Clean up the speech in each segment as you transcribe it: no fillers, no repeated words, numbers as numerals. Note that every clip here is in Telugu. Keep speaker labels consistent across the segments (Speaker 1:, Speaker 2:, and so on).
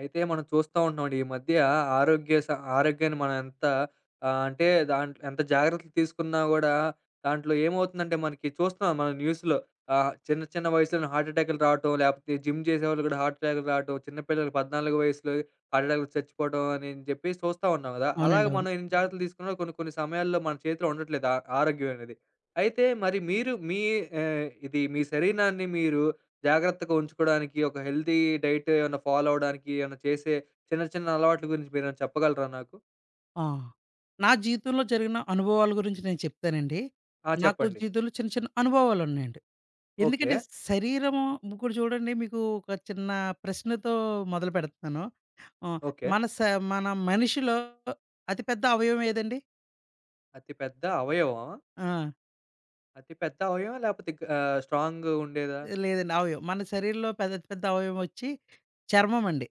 Speaker 1: అయితే మనం చూస్తా ఉంటున్నామండి. ఈ మధ్య ఆరోగ్య స ఆరోగ్యాన్ని మనం ఎంత అంటే దాంట్లో ఎంత జాగ్రత్తలు తీసుకున్నా గూడా దాంట్లో ఏమవుతుందంటే మనకి చూస్తున్నాం మనం న్యూస్‌లో చిన్న చిన్న వయసులోనే హార్ట్ అటాక్‌లు రావటం, లేపోతే జిమ్ చేసేవాళ్ళు గూడా హార్ట్ అటాక్‌లు రావటం, చిన్న పిల్లలు 14 వయసులో హార్ట్ అటాక్‌లు చచ్చిపోవడం అని చెప్పేసి చూస్తా ఉన్నాం గదా! అలాగ
Speaker 2: అవునండి. అవును.
Speaker 1: మనం ఎన్ని జాగ్రత్తలు తీసుకున్నా కొన్ని కొన్ని సమయాల్లో మన చేతిలో ఉండట్లేదు ఆ ఆరోగ్యం అనేది. అయితే మరి మీరు మీ ఇది మీ శరీరాన్ని మీరు జాగ్రత్తగా ఉంచుకోడానికి, ఒక హెల్తీ డైట్ ఏమన్నా ఫాలో అవ్వడానికి, ఏమన్నా చేసే చిన్న చిన్న అలవాట్ల గురించి మీరేమైనా చెప్పగలరా నాకు?
Speaker 2: ఆ! నా జీవితంలో జరిగిన అనుభవాల గురించి నేను చెప్తానండి.
Speaker 1: ఆ!
Speaker 2: నాకు
Speaker 1: చెప్పండి.
Speaker 2: జీవితంలో చిన్న చిన్న అనుభవాలున్నాయండి.
Speaker 1: ఓకే.
Speaker 2: ఎందుకంటే శరీరం ఇప్పుడు చూడండి, మీకు ఒక చిన్న ప్రశ్నతో మొదలు పెడతున్నాను. ఆహ్,
Speaker 1: ఓకే.
Speaker 2: మన స మన మనిషిలో అతి పెద్ద అవయవం ఏదండి?
Speaker 1: అతి పెద్ద అవయవమా?
Speaker 2: ఆ!
Speaker 1: అతి పెద్ద అవయవమా? లేపోతే స్ట్రాంగ్‌గా ఉండేదా?
Speaker 2: లేదండి. అవయవం. మన శరీరంలో అతి పెద్ద అవయవం వచ్చి చర్మం అండి.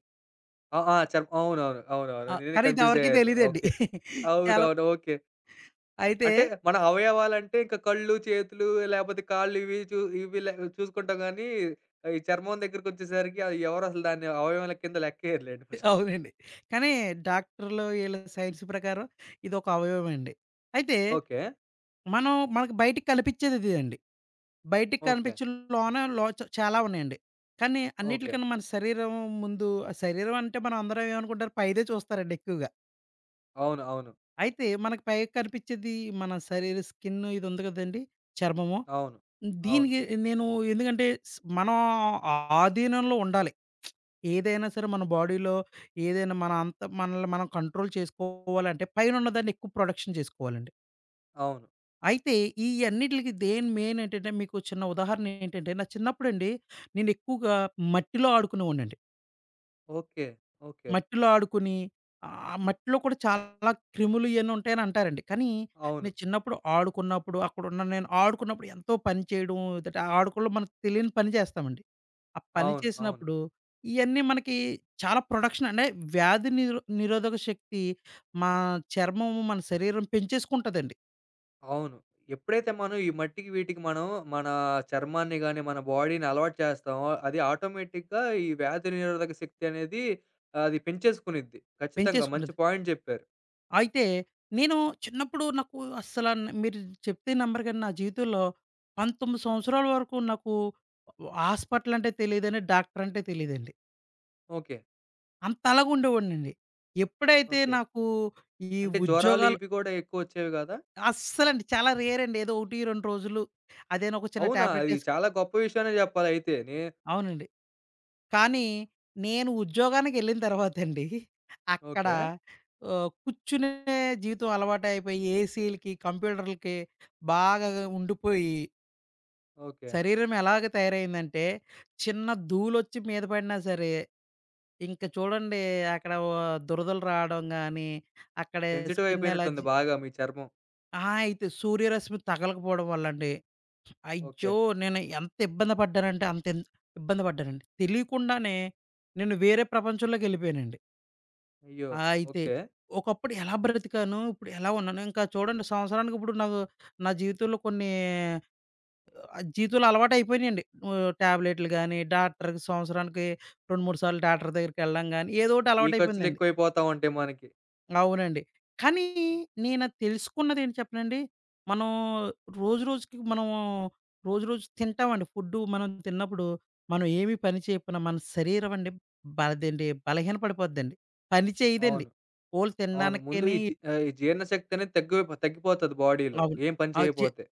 Speaker 1: ఆ! ఆ! చర్మ అవునవును. అవునవును. నేనే
Speaker 2: కానీ ఇది
Speaker 1: కన్ఫ్యూజ్
Speaker 2: ఎవరికీ
Speaker 1: అయ్యాను.
Speaker 2: తెలీదండి.
Speaker 1: ఓకే.
Speaker 2: చాలా.
Speaker 1: అవునవును. ఓకే.
Speaker 2: అయితే
Speaker 1: అంటే మన అవయవాలంటే ఇంకా కళ్ళు, చేతులు లేపోతే కాళ్ళు ఇవి చూ ఇవి లే చూసుకుంటాం గానీ, ఈ చర్మం దగ్గరికొచ్చేసరికి అది ఎవరు అసలు దాన్ని అవయవాల కింద లెక్కేయరులెండి ఫస్ట్.
Speaker 2: అవునండి. కానీ డాక్టర్‌లు ఈళ్ళ సైన్స్ ప్రకారం ఇదొక అవయవమే అండి. అయితే
Speaker 1: ఓకే.
Speaker 2: మనం మనకు బయటికి కనిపించేది ఇదే అండి. బయటికి
Speaker 1: ఓకే.
Speaker 2: కనిపించిన లోన లో చ చాలా ఉన్నాయండి. కానీ
Speaker 1: ఓకే.
Speaker 2: అన్నిట్లికన్నా మన శరీరం ముందు ఆ శరీరం అంటే మనం అందరం ఏమనుకుంటారు, పైదే చూస్తారండి ఎక్కువగా.
Speaker 1: అవును. అవును.
Speaker 2: అయితే మనకు పైకి కనిపించేది మన శరీర స్కిన్, ఇది ఉంది కదండీ! చర్మము.
Speaker 1: అవును. అవును.
Speaker 2: దీనికి నేను ఎందుకంటే మనం ఆధీనంలో ఉండాలి. ఏదైనా సరే మన బాడీలో ఏదైనా మన అంత మనల్ని మనం కంట్రోల్ చేసుకోవాలంటే పైనున్న దాన్ని ఎక్కువ ప్రొడక్షన్ చేసుకోవాలండి.
Speaker 1: అవును.
Speaker 2: అయితే ఈ అన్నిట్లికి దేని మెయిన్ ఏంటంటే, మీకు చిన్న ఉదాహరణ ఏంటంటే, నా చిన్నప్పుడండి నేను ఎక్కువగా మట్టిలో ఆడుకునేవాడినండి.
Speaker 1: ఓకే. ఓకే.
Speaker 2: మట్టిలో ఆడుకుని, మట్టిలో కూడా చాలా క్రిములు ఇయన్నీ ఉంటాయని అంటారండి. కానీ
Speaker 1: అవును.
Speaker 2: నేను చిన్నప్పుడు ఆడుకున్నప్పుడు, అక్కడున్న నేను ఆడుకున్నప్పుడు ఎంతో పని చేయడం, ఆడుకోలో మనకు తెలియని పని చేస్తామండి. ఆ పని
Speaker 1: అవును. అవును.
Speaker 2: చేసినప్పుడు ఇయన్నీ మనకి చాలా ప్రొడక్షన్ అంటే వ్యాధి నిరోధక శక్తి మా చర్మము, మన శరీరం పెంచేసుకుంటదండి.
Speaker 1: అవును. ఎప్పుడైతే మనం ఈ మట్టికి వీటికి మనం మన చర్మాన్ని గాని, మన బాడీని అలవాటు చేస్తామో, అది ఆటోమేటిక్‌గా ఈ వ్యాధి నిరోధక శక్తి అనేది అది పెంచేసుకునిద్ది. ఖచ్చితంగా మంచి
Speaker 2: పెంచేసుకుంటది.
Speaker 1: పాయింట్ చెప్పారు.
Speaker 2: అయితే నేను చిన్నప్పుడు నాకు అస్సల న్ మీరు చెప్తే నమ్మరు, కానీ నా జీవితంలో 19 సంవత్సరాల వరకు నాకు హాస్పిటల్ అంటే తెలీదండి. డాక్టర్ అంటే తెలీదండి.
Speaker 1: ఓకే.
Speaker 2: అంతలాగా ఉండేవాడినండి. ఎప్పుడైతే
Speaker 1: ఓకే.
Speaker 2: నాకు ఈ
Speaker 1: అంటే జ్వరాలు
Speaker 2: ఉద్యోగాలు,
Speaker 1: ఇవి కూడా ఎక్కువొచ్చేవి కాదా?
Speaker 2: అస్సలండి చాలా రేర్ అండి. ఏదో 1, 2 రోజులు అదేనా ఒక చిన్న
Speaker 1: అవునా!
Speaker 2: టాబ్లెట్
Speaker 1: అది
Speaker 2: ఏసు
Speaker 1: చాలా గొప్ప విషయమనే చెప్పాలి అయితే. నే
Speaker 2: అవునండి. కానీ నేను ఉద్యోగానికెళ్ళిన తర్వాతండి, అక్కడ
Speaker 1: ఓకే.
Speaker 2: కూర్చునే జీవితం అలవాటయిపోయి ఏసీలకి, కంప్యూటర్లకి బాగా ఉండిపోయి,
Speaker 1: ఓకే.
Speaker 2: శరీరం ఎలాగ తయారైందంటే, చిన్న ధూళొచ్చి మీద పడినా సరే, ఇంక చూడండి అక్కడ దురదలు రావడం గానీ, అక్కడ
Speaker 1: సెన్సిటివ్
Speaker 2: స్కిన్
Speaker 1: అయిపోయినట్టుంది
Speaker 2: ఎలర్జీ.
Speaker 1: బాగా మీ చర్మం.
Speaker 2: ఆ! అయితే సూర్యరశ్మి తగలకపోవడం వల్లండి.
Speaker 1: ఓకే.
Speaker 2: అయ్యో! నేను ఎంత ఇబ్బంది పడ్డానంటే, అంత ఇన్ ఇబ్బంది పడ్డానండి. తెలీకుండానే నేను వేరే ప్రపంచంలోకెళ్ళిపోయానండి.
Speaker 1: అయ్యో!
Speaker 2: ఆ! అయితే
Speaker 1: ఓకే.
Speaker 2: ఒకప్పుడు ఎలా బ్రతికానో, ఇప్పుడు ఎలా ఉన్నానో, ఇంకా చూడండి, సంవత్సరానికి ఇప్పుడు నాకు నా జీవితంలో కొన్ని జీవితంలో అలవాటయిపోయినియండి. టాబ్లెట్‌లు గాని, డాక్టర్‌కి సంవత్సరానికి 2, 3 సార్లు డాక్టర్ దగ్గరికెళ్ళడం గాని, ఏదోకటి
Speaker 1: ఈ
Speaker 2: అలవాటయిపోయిందండి.
Speaker 1: ఖర్చులెక్కువైపోతా ఉంటాయి మనకి.
Speaker 2: అవునండి. కానీ నేనది తెలుసుకున్నదేంటి చెప్పనండి, మనం రోజు రోజుకి మనము రోజు రోజు తింటామండి ఫుడ్డు. మనం తిన్నప్పుడు మనం ఏమి పని చేయకపోయినా మన శరీరం అండి బలహీన పడిపోద్దండి. పని చేయదండి.
Speaker 1: అవును.
Speaker 2: ఓన్లీ
Speaker 1: అవును. ముందు
Speaker 2: తినడానికేని
Speaker 1: ఈ జీ ఈ జీర్ణశక్తి అనేది తగ్గిపోతది బాడీలో.
Speaker 2: అవును.
Speaker 1: ఏం పని
Speaker 2: ఆహ్, చే
Speaker 1: చేయపోతే.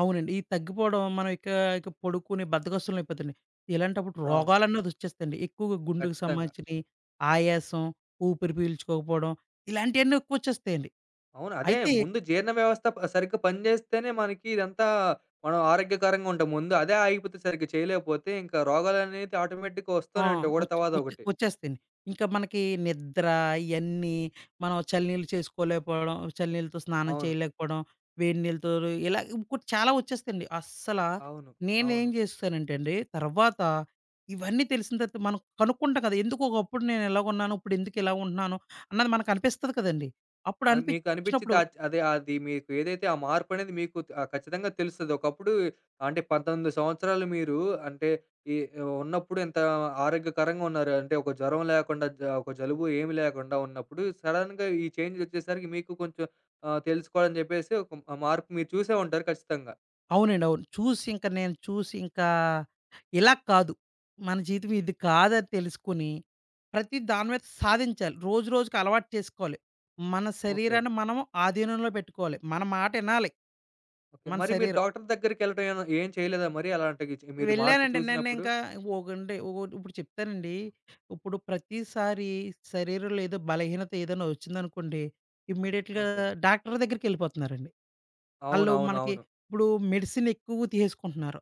Speaker 2: అవునండి. ఇది తగ్గిపోవడం మనం ఇక ఇక పడుకుని బద్ధకస్తులమైపోతాండి. ఇలాంటప్పుడు
Speaker 1: అవును.
Speaker 2: రోగాలన్నదొచ్చేస్తాయండి. ఎక్కువగా గుండెకు
Speaker 1: ఖచ్చితంగా.
Speaker 2: సంబంధించినయి, ఆయాసం, ఊపిరి పీల్చుకోకపోవడం, ఇలాంటియన్నీ ఎక్కువొచ్చేస్తాయండి.
Speaker 1: అవును. అదే
Speaker 2: అయితే
Speaker 1: ముందు జీర్ణ వ్యవస్థ ప సరిగ్గా పని జేస్తేనే మనకి ఇదంతా మనం ఆరోగ్యకరంగా ఉంటాం. ముందు అదే ఆగిపోతే సరిగ్గా చేయలేకపోతే ఇంకా రోగాలనేవి ఆటోమేటిక్‌గా
Speaker 2: ఆ!
Speaker 1: వస్తూనే ఉంటాయి. ఒకటి
Speaker 2: ఒచ్
Speaker 1: తర్వాత
Speaker 2: ఒచ్
Speaker 1: ఒకటి.
Speaker 2: ఒచ్చేస్తాయండి. ఇంకా మనకి నిద్ర ఇయన్నీ, మనం చలినీళ్ళు చేసుకోలేకపోవడం, చలినీళ్ళతో స్నానం
Speaker 1: అవును.
Speaker 2: చేయలేకపోవడం, వేడి నీళ్ళతో ఇలా ఇంకోటి చాలా ఒచ్చేస్తాయండి. అస్సలా
Speaker 1: అవును.
Speaker 2: నేనేం
Speaker 1: అవును.
Speaker 2: జేస్తానంటే అండి, తర్వాత ఇవన్నీ తెలిసిన తర్వాత మనం కనుక్కుంటాం కదా! ఎందుకు ఒకప్పుడు నేను ఇలాగున్నాను, ఇప్పుడు ఎందుకు ఇలా ఉంటున్నాను అన్నది మనకనిపిస్తది కదండీ! అప్పుడు
Speaker 1: అని మీకనిపిచ్చిద్ది
Speaker 2: అనిపించినప్పుడు
Speaker 1: అద్ అదే అది మీకు ఏదైతే ఆ మార్పనేది మీకు ఖచ్చితంగా తెలుస్తది. ఒకప్పుడు అంటే 18 సంవత్సరాలు మీరు అంటే ఈ ఉన్నప్పుడు ఎంత ఆరోగ్యకరంగా ఉన్నారు. అంటే ఒక జ్వరం లేకుండా, జ ఒక జలుబు ఏమి లేకుండా ఉన్నప్పుడు సడెన్‌గా ఈ చేంజొచ్చేసరికి మీకు కొంచెం తెలుసుకోవాలని జెప్పేసి ఒక మార్పు మీరు చూసే ఉంటారు ఖచ్చితంగా.
Speaker 2: అవునండి. అవును. చూసి ఇంక నేను చూసి ఇంకా ఇలా కాదు. మన జీవితం ఇది కాదని తెలుసుకొని, ప్రతి దాని మీద సాధించాలి. రోజు రోజుకి అలవాటు చేసుకోవాలి. మన
Speaker 1: ఓకే.
Speaker 2: శరీరాన్ని మనం ఆధీనంలో పెట్టుకోవాలి. మన మాట ఇనాలి
Speaker 1: ఓకే.
Speaker 2: మన
Speaker 1: మరి మీరు
Speaker 2: శరీరం.
Speaker 1: డాక్టర్ దగ్గరికెళ్ళడం ఏమ ఏం ఏం చేయలేదా మరి అలాంటివి చే మీరు మార్పు
Speaker 2: వెళ్ళానండి
Speaker 1: చూసినప్పుడు?
Speaker 2: నేనింకా, ఒకండి ఒకోటి ఇప్పుడు చెప్తానండి. ఇప్పుడు ప్రతిసారి శరీరంలో ఏదో బలహీనత ఏదైనా వచ్చిందనుకోండి, ఇమ్మీడియేట్‌గా
Speaker 1: ఓకే.
Speaker 2: డాక్టర్ దగ్గరికెళ్ళిపోతున్నారండి. ఆళ్ళు మనకి
Speaker 1: అవునవునవును.
Speaker 2: ఇప్పుడు మెడిసిన్ ఎక్కువ తీసుకుంటున్నారు.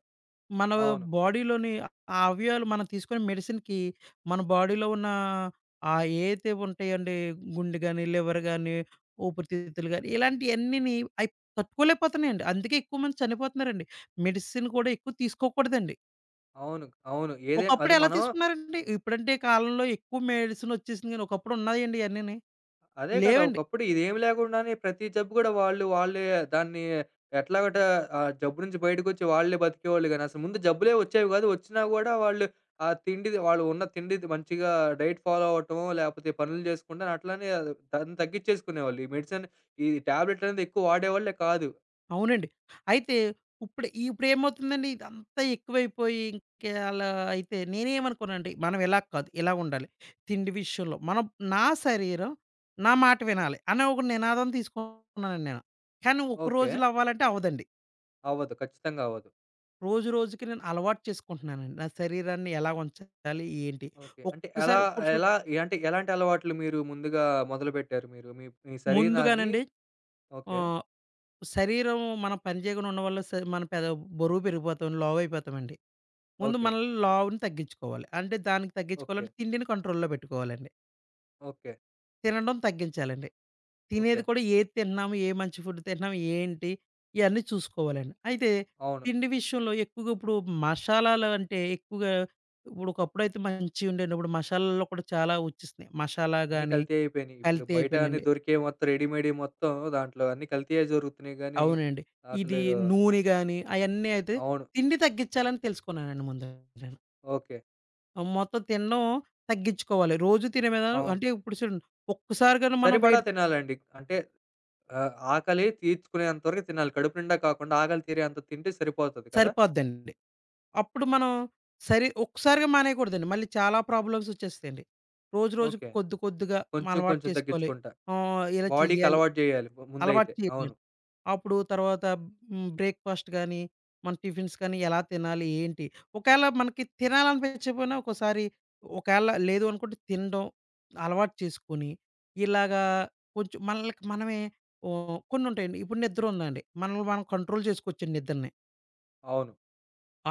Speaker 2: మన
Speaker 1: అవును.
Speaker 2: బాడీలోని ఆ అవయవాలు మనం తీసుకునే మెడిసిన్‌కి మన బాడీలో ఉన్న ఏవైతే ఉంటాయండి, గుండె గాని, లివర్ గాని, ఊపిరితిత్తులు గాని, ఇలాంటియన్నీని అయి తట్టుకోలేకపోతున్నాయండి. అందుకే ఎక్కువ మంది చనిపోతున్నారండి. మెడిసిన్ కూడా ఎక్కువ తీసుకోకూడదండి.
Speaker 1: అవును. అవును. ఏదైనా
Speaker 2: ఒకప్పుడు
Speaker 1: అది
Speaker 2: ఎలా
Speaker 1: మనం
Speaker 2: తీసుకున్నారండి? ఇప్పుడంటే కాలంలో ఎక్కువ మెడిసిన్ వచ్చేసింది గాని, ఒకప్పుడు ఉన్నాయండి ఇయన్నీని?
Speaker 1: అదే కదా!
Speaker 2: లేవండి.
Speaker 1: ఒకప్పుడు ఇదేమి లేకుండానే ప్రతి జబ్బు గూడా వాళ్ళు వాళ్ళే దాన్ని ఎట్లాగోటా ఆ జబ్బు నుంచి బయటకొచ్చి వాళ్ళే బతికేవాళ్ళు గాని, అసలు ముందు జబ్బులే వచ్చేవి గాదు. వచ్చినా గూడా వాళ్ళు ఆ తిండిది వాళ్ళు ఉన్న తిండిది మంచిగా డైట్ ఫాలో అవ్వటమో, లేపోతే పనులు చేసుకుంటా అట్లనే దాన్ని తగ్గిచ్చేసుకునేవాళ్ళు. ఈ మెడిసిన్ ఈ టాబ్లెట్లనేది ఎక్కువ వాడేవాళ్ళే కాదు.
Speaker 2: అవునండి. అయితే ఇప్పుడేమవుతుందండి, ఇదంతా ఎక్కువైపోయి ఇంకా అలా. అయితే నేనేమనుకోనండి, మనం ఇలా కాదు, ఇలా ఉండాలి. తిండి విషయంలో మనం, నా శరీరం నా మాట వినాలి అనే ఒక నినాదం తీసుకున్నానండి నేను. కానీ ఒక
Speaker 1: ఓకే.
Speaker 2: రోజులో అవ్వాలంటే అవ్వదండి.
Speaker 1: అవ్వదు. ఖచ్చితంగా అవ్వదు.
Speaker 2: రోజు రోజుకి నేను అలవాటు చేసుకుంటున్నానండి. నా శరీరాన్ని ఎలా ఉంచాలి ఏంటి?
Speaker 1: ఓకే. అంటే ఎలా
Speaker 2: ఒక్కసారి ఇప్పుడు చూడు,
Speaker 1: ఎలా అంటే ఎలాంటి అలవాట్లు మీరు ముందుగా మొదలుపెట్టారు మీరు? మీ మీ శరీరాన్ని
Speaker 2: ముందుగానండి
Speaker 1: ఓకే.
Speaker 2: ఆహ్, శరీరం మనం పని చేయకుండా ఉండడం వల్ల స మన పెద బరువు పెరిగిపోతాం, లావు అయిపోతామండి. ముందు
Speaker 1: ఓకే.
Speaker 2: మనల్ని లావుని తగ్గించుకోవాలి. అంటే దానికి
Speaker 1: ఓకే.
Speaker 2: తగ్గించుకోవాలంటే తిండిని కంట్రోల్‌లో పెట్టుకోవాలండి.
Speaker 1: ఓకే.
Speaker 2: తినడం తగ్గించాలండి.
Speaker 1: ఓకే.
Speaker 2: తినేది కూడా ఏది తింటున్నాము, ఏ మంచి ఫుడ్ తింటున్నాము, ఏంటి, ఇయన్నీ చూసుకోవాలండి. అయితే
Speaker 1: అవును.
Speaker 2: తిండి విషయంలో ఎక్కువగా ఇప్పుడు మసాలాలు అంటే ఎక్కువగా ఇప్పుడు, ఒకప్పుడైతే మంచిగా ఉండేయండి. ఇప్పుడు మసాలాల్లో కూడా చాలా వచ్చేసినాయి. మసాలా
Speaker 1: అన్నీ
Speaker 2: గాని
Speaker 1: కల్తీ అయిపోయినియి. ఇప్పుడు
Speaker 2: కల్తీ
Speaker 1: బయట అన్నీ
Speaker 2: అయిపోయినాయండి.
Speaker 1: దొరికే మొత్తం రెడీమేడ్‌యి మొత్తం దాంట్లో అన్నీ కల్తీయే జరుగుతున్నాయి గానీ,
Speaker 2: అవునండి.
Speaker 1: అసలు
Speaker 2: ఇది నూనె గాని అయన్నీ అయితే,
Speaker 1: అవును.
Speaker 2: తిండి తగ్గించాలని తెలుసుకున్నానండి ముందు నేను.
Speaker 1: ఓకే.
Speaker 2: మొత్తం తినడం తగ్గించుకోవాలి. రోజు తినే మీద
Speaker 1: అవును.
Speaker 2: అంటే ఇప్పుడు చూడండి, ఒక్కసారిగానే మనం
Speaker 1: సరిపడా
Speaker 2: వేడి
Speaker 1: తినాలండి. అంటే ఆకలి తీర్చుకునేంత వరకు తినాలి. కడుపు నిండా కాకుండా ఆకలి తీరేంత తింటే సరిపోతది కదా!
Speaker 2: సరిపోద్దండి. అప్పుడు మనం ఒక్కసారిగా మానేయకూడదండి. మళ్ళీ చాలా ప్రాబ్లమ్స్ వచ్చేస్తాయండి. రోజు రోజుకి
Speaker 1: ఓకే.
Speaker 2: కొద్ది కొద్దిగా మనం
Speaker 1: కొంచెం
Speaker 2: అలవాటు
Speaker 1: కొంచెం
Speaker 2: చేసుకోవాలి.
Speaker 1: తగ్గించుకుంటా.
Speaker 2: ఇలా
Speaker 1: బాడీకి
Speaker 2: చెయ్యాలి.
Speaker 1: అలవాటు జేయాలి ముందైతే.
Speaker 2: అలవాటు చేయాలి.
Speaker 1: అవును.
Speaker 2: అప్పుడు తర్వాత బ్రేక్‌ఫాస్ట్ గానీ, మన టిఫిన్స్ కానీ ఎలా తినాలి? ఏంటి? ఒకేళ మనకి తినాలనిపించకపోయినా ఒక్కోసారి ఒకేళ లేదు అనుకుంటే తినడం అలవాటు చేసుకొని, ఇలాగా కొంచెం మనలకి మనమే కొన్నుంటాయండి. ఇప్పుడు నిద్ర ఉందండి. మనల్ని మనం కంట్రోల్ చేసుకోవచ్చండి నిద్రని.
Speaker 1: అవును.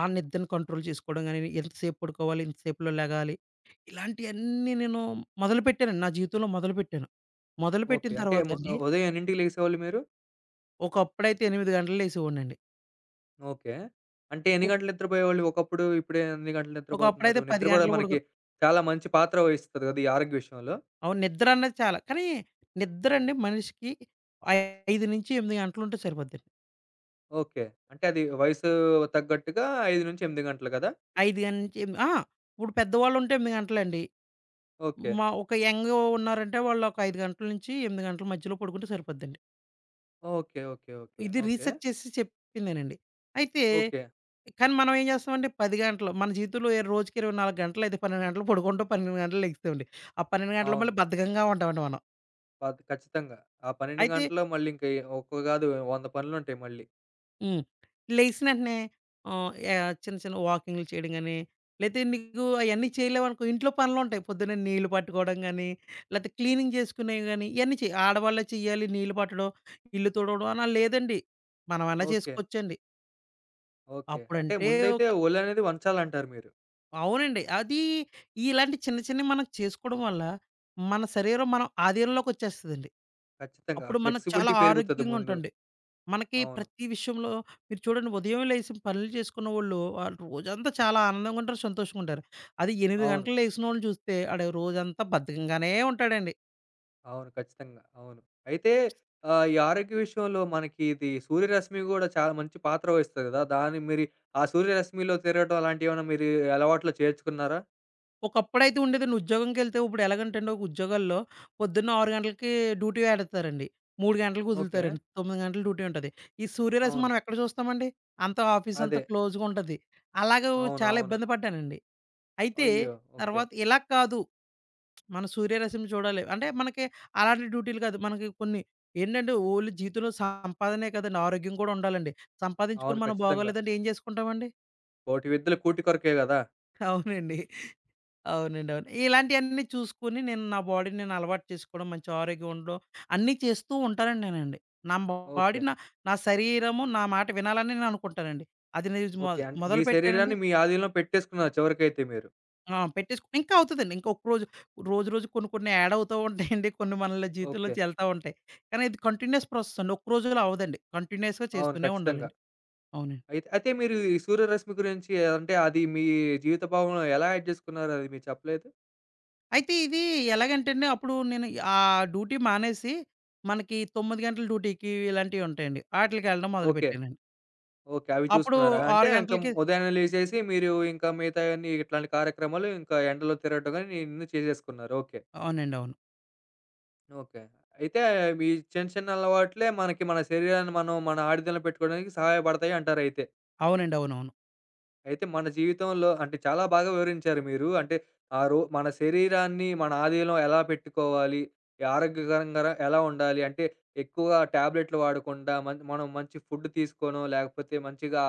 Speaker 2: ఆ నిద్రని కంట్రోల్ చేసుకోవడం గాని, ఎంతసేపు పడుకోవాలి? ఎంతసేపులో లెగాలి? ఇలాంటియన్నీ నేను మొదలుపెట్టానండి. నా జీవితంలో మొదలుపెట్టాను. మొదలుపెట్టిన
Speaker 1: ఓకే. అంటే మ
Speaker 2: తర్వాతండి,
Speaker 1: ఉదయం ఎన్నింటికి లెగిసేవాళ్ళు మీరు?
Speaker 2: ఒకప్పుడైతే 8 గంటలు లేసేవాడినండి.
Speaker 1: ఓకే. అంటే ఎన్ని గంటలు నిద్రపోయేవాళ్ళు ఒకప్పుడు? ఇప్పుడు ఎన్ని గంటలు నిద్రపోతున్నారు?
Speaker 2: ఒకప్పుడైతే 10
Speaker 1: నిద్ర గూడా
Speaker 2: గంటలు
Speaker 1: మనకి
Speaker 2: పడుకుని
Speaker 1: చాలా మంచి పాత్ర వహిస్తది గదా! ఈ ఆరోగ్య విషయంలో.
Speaker 2: అవును. నిద్ర అన్నది చాలా. కానీ నిద్రండి మనిషికి 5-8 గంటలుంటే సరిపోద్దండి.
Speaker 1: ఓకే. అంటే అది వయసు తగ్గట్టుగా 5-8 గంటలు గదా!
Speaker 2: 5-8 ఆ! ఇప్పుడు పెద్దవాళ్ళుంటే 8 గంటలండి.
Speaker 1: ఓకే.
Speaker 2: మా ఒక యంగ్ ఉన్నారంటే వాళ్ళు ఒక 5 గంటల నుంచి 8 గంటల మధ్యలో పడుకుంటే సరిపోద్దండి.
Speaker 1: ఓకే. ఓకే. ఓకే.
Speaker 2: ఇది
Speaker 1: ఓకే.
Speaker 2: రీసెర్చ్ చేసి చెప్పిందేనండి. అయితే
Speaker 1: ఓకే.
Speaker 2: కానీ మనం ఏం చేస్తామంటే 10 గంటలు, మన జీవితంలో ఏ రోజుకి 24 గంటలు అయితే 12 గంటలు పడుకుంటాం. 12 గంటలు లెగుస్తామండి. ఆ 12 గంటలు
Speaker 1: అవును.
Speaker 2: మళ్ళీ బద్ధకంగా ఉంటామండి మనం.
Speaker 1: పద్ ఖచ్చితంగా. ఆ 12
Speaker 2: అయితే
Speaker 1: గంటల్లో మళ్ళీ ఇంక ఎ ఒక్క గాదు 100 పనులుంటాయి మళ్ళీ.
Speaker 2: హ్మ్. లెగిసిన వెంటనే ఆహ్, యాహ్! చిన్న చిన్న వాకింగ్‌లు చేయడం గాని, లేతే నీకు అయన్నీ చేయలేవనుకో, ఇంట్లో పనులుంటాయి. పొద్దున్నే నీళ్లు పట్టుకోవడం గాని, లేతే క్లీనింగ్ చేసుకునేవి గాని, ఇయన్నీ ఆడవాళ్ళే చెయ్యాలి, నీళ్లు పట్టడం, ఇల్లు తుడవడం అనా లేదండి. మనమన్నా
Speaker 1: ఓకే.
Speaker 2: చేసుకోవచ్చండి.
Speaker 1: ఓకే. అంటే
Speaker 2: అప్పుడంటే
Speaker 1: ముందైతే
Speaker 2: ఒక
Speaker 1: ఒళ్ళనేది వంచాలంటారు మీరు.
Speaker 2: అవునండి. అది ఇలాంటి చిన్న చిన్నవి మనం చేసుకోవడం వల్ల, మన శరీరం మనం ఆధీనంలోకొచ్చేస్తదండి.
Speaker 1: ఖచ్చితంగా.
Speaker 2: అప్పుడు మనం చాలా
Speaker 1: ఫ్లెక్సిబిలిటీ పెరుగుతది
Speaker 2: ఆరోగ్యంగా
Speaker 1: ముందు.
Speaker 2: ఉంటాండి. మనకి
Speaker 1: అవును.
Speaker 2: ప్రతి విషయంలో మీరు చూడండి, ఉదయం లేసి పనులు చేసుకున్న వాళ్ళు వాళ్ళు రోజంతా చాలా ఆనందంగా ఉంటారు, సంతోషంగా ఉంటారు. అది 8
Speaker 1: అవును.
Speaker 2: గంటలు లెగిసినోడిని చూస్తే ఆడు రోజంతా బద్ధకంగానే ఉంటాడండి.
Speaker 1: అవును. ఖచ్చితంగా. అవును. అయితే ఈ ఆరోగ్య విషయంలో మనకి ఇది సూర్యరశ్మి గూడా చాలా మంచి పాత్ర వహిస్తది గదా! దాన్ని మీరు ఆ సూర్యరశ్మిలో తిరగటం అలాంటియేమన్నా మీరు అలవాట్లో చేర్చుకున్నారా?
Speaker 2: ఒకప్పుడైతే ఉండేదండి ఉద్యోగంకెళ్తే, ఇప్పుడు ఎలాగంటేండి ఒక ఉద్యోగాల్లో పొద్దున్న 6 గంటలకి డ్యూటీ ఎడతారండి. 3 గంటలకు
Speaker 1: ఓకే.
Speaker 2: వదులుతారండి. 9 గంటలు డ్యూటీ ఉంటది. ఈ సూర్యరశ్మి
Speaker 1: అవును.
Speaker 2: మనం ఎక్కడ చూస్తామండి? ఆఫీస్ అంతా
Speaker 1: అదే.
Speaker 2: క్లోజ్‌గా ఉంటది. అలాగే
Speaker 1: అవును.
Speaker 2: చాలా
Speaker 1: అవును.
Speaker 2: ఇబ్బంది పడ్డానండి. అయితే
Speaker 1: అయ్యో! ఓకే.
Speaker 2: తర్వాత ఇలా కాదు, మన 'సూర్యరశ్మి' చూడాలి. అంటే మనకి అలాంటి డ్యూటీలు కాదు. మనకి కొన్ని ఏంటంటే ఓన్లీ జీవితంలో సంపాదనే కాదండి. ఆరోగ్యం కూడా ఉండాలండి. సంపాదించుకొని
Speaker 1: అవును.
Speaker 2: మనం
Speaker 1: ఖచ్చితంగా.
Speaker 2: బాగోలేదంటే ఏం చేసుకుంటామండి?
Speaker 1: కోటి విద్యలు కూటి కొరకే గదా!
Speaker 2: అవునండి. అవునండి. అవును. ఇలాంటియన్నీ చూసుకొని నేను నా బాడీని నేను అలవాటు చేసుకోవడం, మంచి ఆరోగ్యం ఉండడం, అన్నీ చేస్తూ ఉంటానండి నేనండి. నా బాడీ
Speaker 1: ఓకే.
Speaker 2: నా నా శరీరము నా మాట వినాలని నేను అనుకుంటానండి. అది నేను
Speaker 1: ఓకే. అంటే మీ
Speaker 2: మొదలుపెట్టానండి.
Speaker 1: శరీరాన్ని మీ ఆధీనంలో పెట్టేసుకున్నారు చివరికైతే మీరు.
Speaker 2: ఆ! పెట్టేసుకొని ఇంకా అవుతదండి. ఇంకా ఒక రోజు, రోజు రోజు కొన్ని కొన్ని యాడ్ అవుతా ఉంటాయండి. కొన్ని మనల
Speaker 1: ఓకే.
Speaker 2: జీవితంలోంచి ఎళ్తా ఉంటాయి. కానీ ఇది కంటిన్యూయస్ ప్రాసెస్ అండి. ఒక్క రోజులో అవ్వదండి. కంటిన్యూయస్‌గా
Speaker 1: అవును.
Speaker 2: చేస్తూనే
Speaker 1: ఖచ్చితంగా.
Speaker 2: ఉండాలండి. అవునండి.
Speaker 1: అయితే అయితే మీరు ఈ సూర్యరశ్మి గురించి అంటే అది మీ జీవిత భాగంలో ఎలా యాడ్ జేసుకున్నారు అది మీరు చెప్పలేదు?
Speaker 2: అయితే ఇది ఎలాగంటే అండి, అప్పుడు నేను ఆ డ్యూటీ మానేసి, మనకి 9 గంటల డ్యూటీకి ఇలాంటివి ఉంటాయండి. ఆటిలకెళ్ళడం
Speaker 1: ఓకే.
Speaker 2: మొదలుపెట్టానండి.
Speaker 1: ఓకే. అవి
Speaker 2: అప్పుడు
Speaker 1: చూసుకున్నారా? అంటే
Speaker 2: 6
Speaker 1: ఇంక
Speaker 2: గంటలకి
Speaker 1: ఉదయాన్నే లేసేసి మీరు ఇంకా మిగతాయన్నీ ఇట్లాంటి కార్యక్రమాలు ఇంకా ఎండలో తిరగటం గాని ఇన్ని చేసేసుకున్నారు. ఓకే.
Speaker 2: అవునండి. అవును.
Speaker 1: ఓకే. అయితే మీ చిన్న చిన్న అలవాట్లే మనకి మన శరీరాన్ని మనం మన ఆడిదలో పెట్టుకోవడానికి సహాయపడతాయి అంటారయితే.
Speaker 2: అవునండి. అవునవును.
Speaker 1: అయితే మన జీవితంలో అంటే చాలా బాగా వివరించారు మీరు. అంటే ఆ రో మన శరీరాన్ని మన ఆధీనంలో ఎలా పెట్టుకోవాలి? ఈ ఆరోగ్యకరంగా ఎలా ఉండాలి? అంటే ఎక్కువగా టాబ్లెట్లు వాడకుండా మన్ మనం మంచి ఫుడ్ తీసుకోనో, లేకపోతే మంచిగా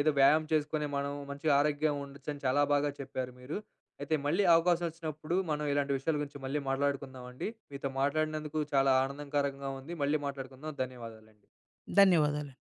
Speaker 1: ఏదో వ్యాయామం చేసుకొని మనం మంచి ఆరోగ్యంగా ఉండొచ్చని చాలా బాగా చెప్పారు మీరు. అయితే మళ్ళీ అవకాశం వచ్చినప్పుడు మనం ఇలాంటి విషయాల గురించి మళ్ళీ మాట్లాడుకుందామండి. మీతో మాట్లాడినందుకు చాలా ఆనందకరంగా ఉంది. మళ్ళీ మాట్లాడుకుందాం. ధన్యవాదాలండి.
Speaker 2: ధన్యవాదాలు.